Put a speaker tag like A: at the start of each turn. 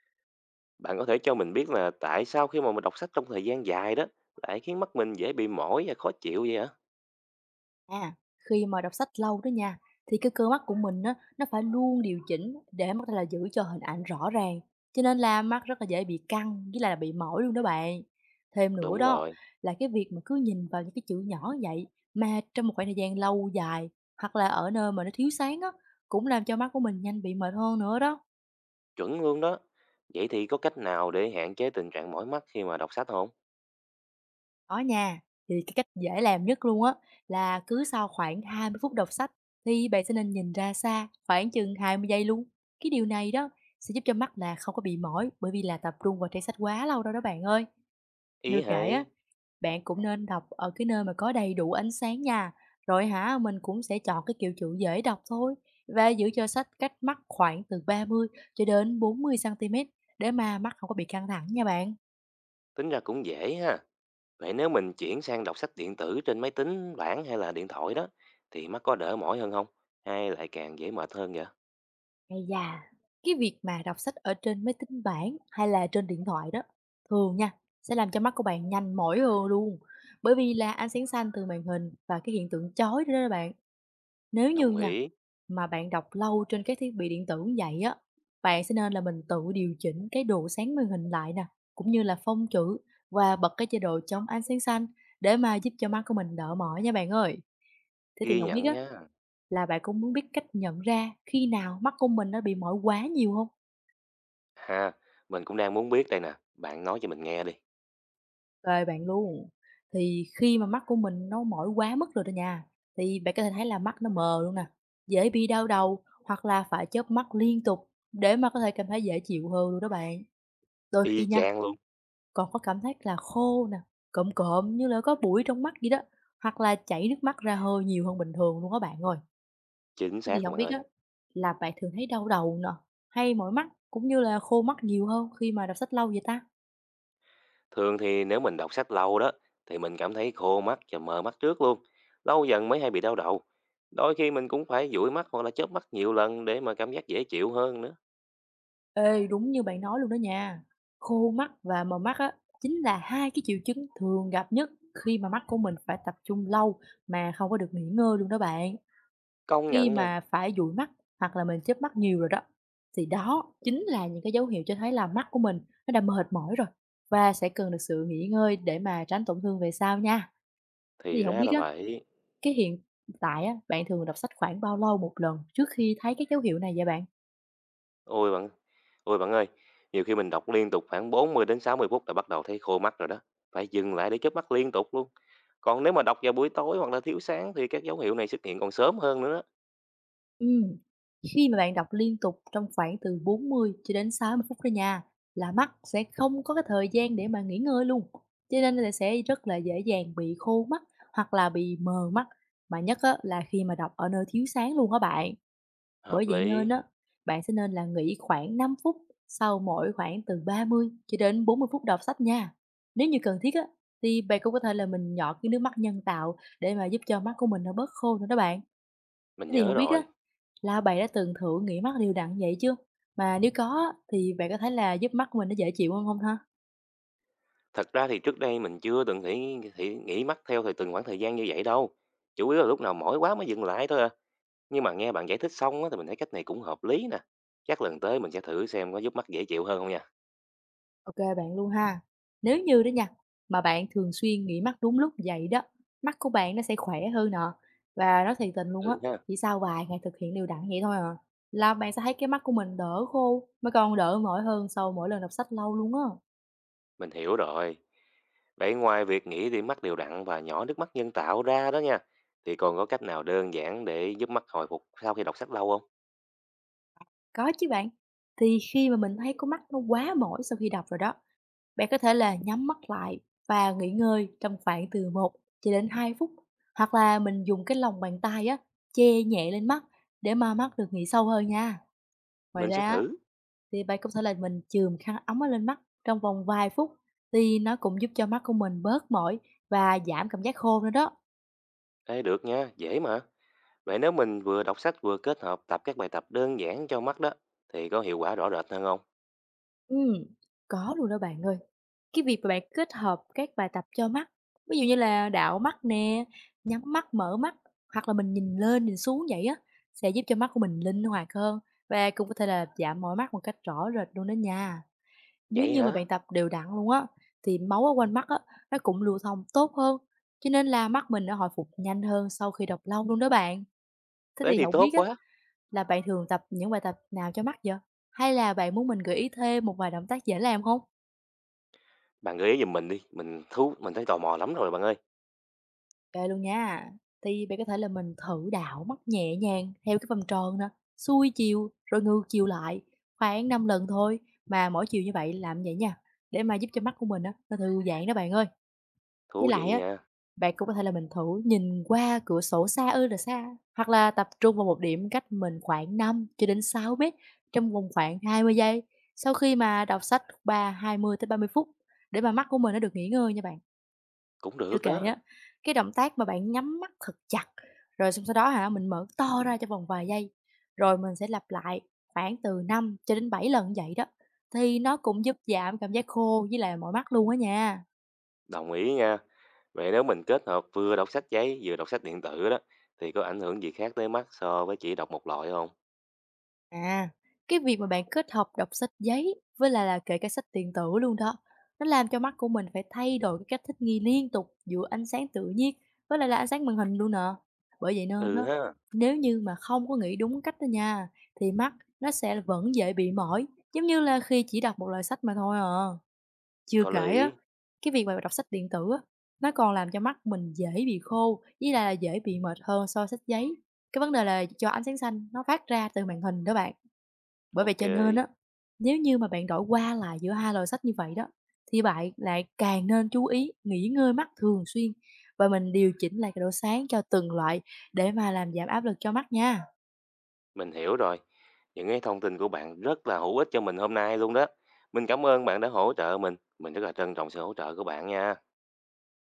A: Bạn có thể cho mình biết là tại sao khi mà mình đọc sách trong thời gian dài đó lại khiến mắt mình dễ bị mỏi và khó chịu vậy hả?
B: À, khi mà đọc sách lâu đó nha, thì cái cơ mắt của mình á, nó phải luôn điều chỉnh để mà có thể là giữ cho hình ảnh rõ ràng. Cho nên là mắt rất là dễ bị căng, với lại là bị mỏi luôn đó bạn. Thêm nữa
A: Đúng
B: đó,
A: rồi,
B: là cái việc mà cứ nhìn vào những cái chữ nhỏ vậy, mà trong một khoảng thời gian lâu dài, hoặc là ở nơi mà nó thiếu sáng á, cũng làm cho mắt của mình nhanh bị mệt hơn nữa đó.
A: chuẩn luôn đó. Vậy thì có cách nào để hạn chế tình trạng mỏi mắt khi mà đọc sách không?
B: Có nha, thì cái cách dễ làm nhất luôn á là cứ sau khoảng 20 phút đọc sách thì bạn sẽ nên nhìn ra xa khoảng chừng 20 giây luôn. Cái điều này đó sẽ giúp cho mắt là không có bị mỏi bởi vì là tập trung vào trang sách quá lâu đâu đó bạn ơi.
A: Ý
B: Chưa kể á,
A: hay,
B: bạn cũng nên đọc ở cái nơi mà có đầy đủ ánh sáng nha. Rồi hả, mình cũng sẽ chọn cái kiểu chữ dễ đọc thôi và giữ cho sách cách mắt khoảng từ 30 cho đến 40 cm để mà mắt không có bị căng thẳng nha bạn.
A: tính ra cũng dễ ha. Vậy nếu mình chuyển sang đọc sách điện tử trên máy tính bảng hay là điện thoại đó thì mắt có đỡ mỏi hơn không? Hay lại càng dễ mệt hơn vậy?
B: Ây da! Cái việc mà đọc sách ở trên máy tính bảng hay là trên điện thoại đó, thường nha, sẽ làm cho mắt của bạn nhanh mỏi hơn luôn, bởi vì là ánh sáng xanh từ màn hình và cái hiện tượng chói đó đó bạn. Nếu như
A: Đồng
B: nha,
A: ý,
B: mà bạn đọc lâu trên các thiết bị điện tử như vậy á, bạn sẽ nên là mình tự điều chỉnh cái độ sáng màn hình lại nè, cũng như là phông chữ và bật cái chế độ chống ánh sáng xanh để mà giúp cho mắt của mình đỡ mỏi nha bạn ơi. Thế thì
A: ghi
B: không biết
A: nhận
B: á,
A: nha.
B: là bạn cũng muốn biết cách nhận ra khi nào mắt của mình nó bị mỏi quá nhiều không?
A: Ha, mình cũng đang muốn biết đây nè. Bạn nói cho mình nghe đi.
B: Rồi bạn luôn, thì khi mà mắt của mình nó mỏi quá mức rồi đó nha, thì bạn có thể thấy là mắt nó mờ luôn nè, dễ bị đau đầu hoặc là phải chớp mắt liên tục để mà có thể cảm thấy dễ chịu hơn luôn đó bạn. Đôi
A: Y
B: khi nha,
A: chang luôn,
B: còn có cảm giác là khô nè, cộm cộm như là có bụi trong mắt vậy đó, hoặc là chảy nước mắt ra hơi nhiều hơn bình thường luôn đó bạn ơi.
A: chính
B: Thế thì
A: xác luôn
B: không
A: bạn
B: biết
A: ơi.
B: á, là bạn thường thấy đau đầu nè, hay mỏi mắt, cũng như là khô mắt nhiều hơn khi mà đọc sách lâu vậy ta?
A: Thường thì nếu mình đọc sách lâu đó thì mình cảm thấy khô mắt và mờ mắt trước luôn. Lâu dần mới hay bị đau đầu. Đôi khi mình cũng phải dụi mắt hoặc là chớp mắt nhiều lần để mà cảm giác dễ chịu hơn nữa.
B: Ê, đúng như bạn nói luôn đó nha, khô mắt và mờ mắt á, chính là hai cái triệu chứng thường gặp nhất khi mà mắt của mình phải tập trung lâu mà không có được nghỉ ngơi luôn đó bạn.
A: Công
B: Khi
A: nhận nha.
B: mà phải dụi mắt hoặc là mình chớp mắt nhiều rồi đó, thì đó chính là những cái dấu hiệu cho thấy là mắt của mình nó đã mệt mỏi rồi và sẽ cần được sự nghỉ ngơi để mà tránh tổn thương về sau nha. Thế
A: Thì
B: thì không
A: ra
B: biết
A: là
B: á.
A: vậy.
B: Cái hiện tại á, bạn thường đọc sách khoảng bao lâu một lần trước khi thấy các dấu hiệu này vậy bạn?
A: Ôi bạn, ôi bạn ơi, nhiều khi mình đọc liên tục khoảng 40 đến 60 phút đã bắt đầu thấy khô mắt rồi đó. Phải dừng lại để chớp mắt liên tục luôn. Còn nếu mà đọc vào buổi tối hoặc là thiếu sáng thì các dấu hiệu này xuất hiện còn sớm hơn nữa đó.
B: Ừm, khi mà bạn đọc liên tục trong khoảng từ 40 cho đến 60 phút đó nha, là mắt sẽ không có cái thời gian để mà nghỉ ngơi luôn. Cho nên là sẽ rất là dễ dàng bị khô mắt hoặc là bị mờ mắt, mà nhất á, là khi mà đọc ở nơi thiếu sáng luôn á bạn. Bởi
A: Hợp
B: vậy
A: lý,
B: nên á, bạn sẽ nên là nghỉ khoảng 5 phút sau mỗi khoảng từ 30 cho đến 40 phút đọc sách nha. Nếu như cần thiết á, thì bạn cũng có thể là mình nhỏ cái nước mắt nhân tạo để mà giúp cho mắt của mình nó bớt khô nữa đó bạn.
A: mình
B: Thế thì
A: nhớ
B: không biết á,
A: rồi.
B: là bạn đã từng thử nghỉ mắt đều đặn vậy chưa? Mà nếu có á, thì bạn có thấy là giúp mắt của mình nó dễ chịu hơn không ha?
A: Thật ra thì trước đây mình chưa từng nghĩ nghĩ nghĩ mắc theo thời từng khoảng thời gian như vậy đâu. Chủ yếu là lúc nào mỏi quá mới dừng lại thôi à. Nhưng mà nghe bạn giải thích xong á, thì mình thấy cách này cũng hợp lý nè. Chắc lần tới mình sẽ thử xem có giúp mắt dễ chịu hơn không nha.
B: OK bạn luôn ha. Nếu như đó nha, mà bạn thường xuyên nghỉ mắt đúng lúc vậy đó, mắt của bạn nó sẽ khỏe hơn nè. Và nói thiệt tình luôn á,
A: Ừ ha,
B: chỉ sau vài ngày thực hiện đều đặn vậy thôi à, là bạn sẽ thấy cái mắt của mình đỡ khô, mà còn đỡ mỏi hơn sau mỗi lần đọc sách lâu luôn á.
A: mình hiểu rồi. Vậy ngoài việc nghĩ đi mắt đều đặn và nhỏ nước mắt nhân tạo ra đó nha, thì còn có cách nào đơn giản để giúp mắt hồi phục sau khi đọc sách lâu không?
B: Có chứ bạn. Thì khi mà mình thấy có mắt nó quá mỏi sau khi đọc rồi đó, bạn có thể là nhắm mắt lại và nghỉ ngơi trong khoảng từ một cho đến 2 phút, hoặc là mình dùng cái lòng bàn tay á, che nhẹ lên mắt để mà mắt được nghỉ sâu hơn nha. Ngoài
A: Mình sẽ
B: ra á,
A: thử.
B: thì bạn cũng thể là mình chườm khăn ấm ở lên mắt trong vòng vài phút thì nó cũng giúp cho mắt của mình bớt mỏi và giảm cảm giác khô nữa đó.
A: Ê, được nha, dễ mà. Vậy nếu mình vừa đọc sách vừa kết hợp tập các bài tập đơn giản cho mắt đó, thì có hiệu quả rõ rệt hơn không?
B: Ừm, có luôn đó bạn ơi. Cái việc mà bạn kết hợp các bài tập cho mắt, ví dụ như là đảo mắt nè, nhắm mắt, mở mắt hoặc là mình nhìn lên, nhìn xuống vậy á, sẽ giúp cho mắt của mình linh hoạt hơn và cũng có thể là giảm mỏi mắt một cách rõ rệt luôn đó nha. Nếu
A: Vậy
B: như mà
A: hả?
B: bạn tập đều đặn luôn á, thì máu ở quanh mắt á, nó cũng lưu thông tốt hơn, cho nên là mắt mình nó hồi phục nhanh hơn sau khi đọc lâu luôn đó bạn. Thế
A: Thế
B: thì
A: thì
B: hổng
A: tốt
B: biết á,
A: quá.
B: là bạn thường tập những bài tập nào cho mắt vậy? Hay là bạn muốn mình gợi ý thêm một vài động tác dễ làm không?
A: Bạn gợi ý giùm mình đi, mình thấy tò mò lắm rồi bạn ơi.
B: Kê luôn nha. Thì bạn có thể là mình thử đảo mắt nhẹ nhàng theo cái vòng tròn nè, xuôi chiều rồi ngược chiều lại, khoảng 5 lần thôi, mà mỗi chiều như vậy làm vậy nha, để mà giúp cho mắt của mình á, nó thư giãn đó bạn ơi. Với
A: Thú
B: lại
A: vị
B: á.
A: nha,
B: Bạn cũng có thể là mình thử nhìn qua cửa sổ xa ơi là xa, hoặc là tập trung vào một điểm cách mình khoảng 5 cho đến 6 mét trong vòng khoảng 20 giây, sau khi mà đọc sách 20 tới 30 phút để mà mắt của mình nó được nghỉ ngơi nha bạn.
A: cũng
B: Chưa
A: được
B: kể
A: đó.
B: á, cái động tác mà bạn nhắm mắt thật chặt, rồi xong sau đó hả, mình mở to ra trong vòng vài giây, rồi mình sẽ lặp lại khoảng từ 5 cho đến 7 lần như vậy đó, thì nó cũng giúp giảm cảm giác khô với lại mỏi mắt luôn á nha.
A: Đồng ý nha. Vậy nếu mình kết hợp vừa đọc sách giấy vừa đọc sách điện tử đó thì có ảnh hưởng gì khác tới mắt so với chỉ đọc một loại không?
B: À, cái việc mà bạn kết hợp đọc sách giấy với lại là kể cả sách điện tử luôn đó, nó làm cho mắt của mình phải thay đổi cái cách thích nghi liên tục giữa ánh sáng tự nhiên với lại là ánh sáng màn hình luôn nè. Bởi vậy nên
A: Ừ
B: đó,
A: ha,
B: nếu như mà không có nghĩ đúng cách đó nha, thì mắt nó sẽ vẫn dễ bị mỏi, giống như là khi chỉ đọc một loại sách mà thôi à. Chưa
A: có
B: kể á,
A: lý.
B: cái việc mà đọc sách điện tử á, nó còn làm cho mắt mình dễ bị khô, với lại là dễ bị mệt hơn so với sách giấy. Cái vấn đề là do ánh sáng xanh nó phát ra từ màn hình đó bạn. Bởi vậy
A: Ok,
B: cho nên á, nếu như mà bạn đổi qua lại giữa hai loại sách như vậy đó, thì bạn lại càng nên chú ý nghỉ ngơi mắt thường xuyên và mình điều chỉnh lại cái độ sáng cho từng loại để mà làm giảm áp lực cho mắt nha.
A: mình hiểu rồi. Những cái thông tin của bạn rất là hữu ích cho mình hôm nay luôn đó. Mình cảm ơn bạn đã hỗ trợ mình. Mình rất là trân trọng sự hỗ trợ của bạn nha.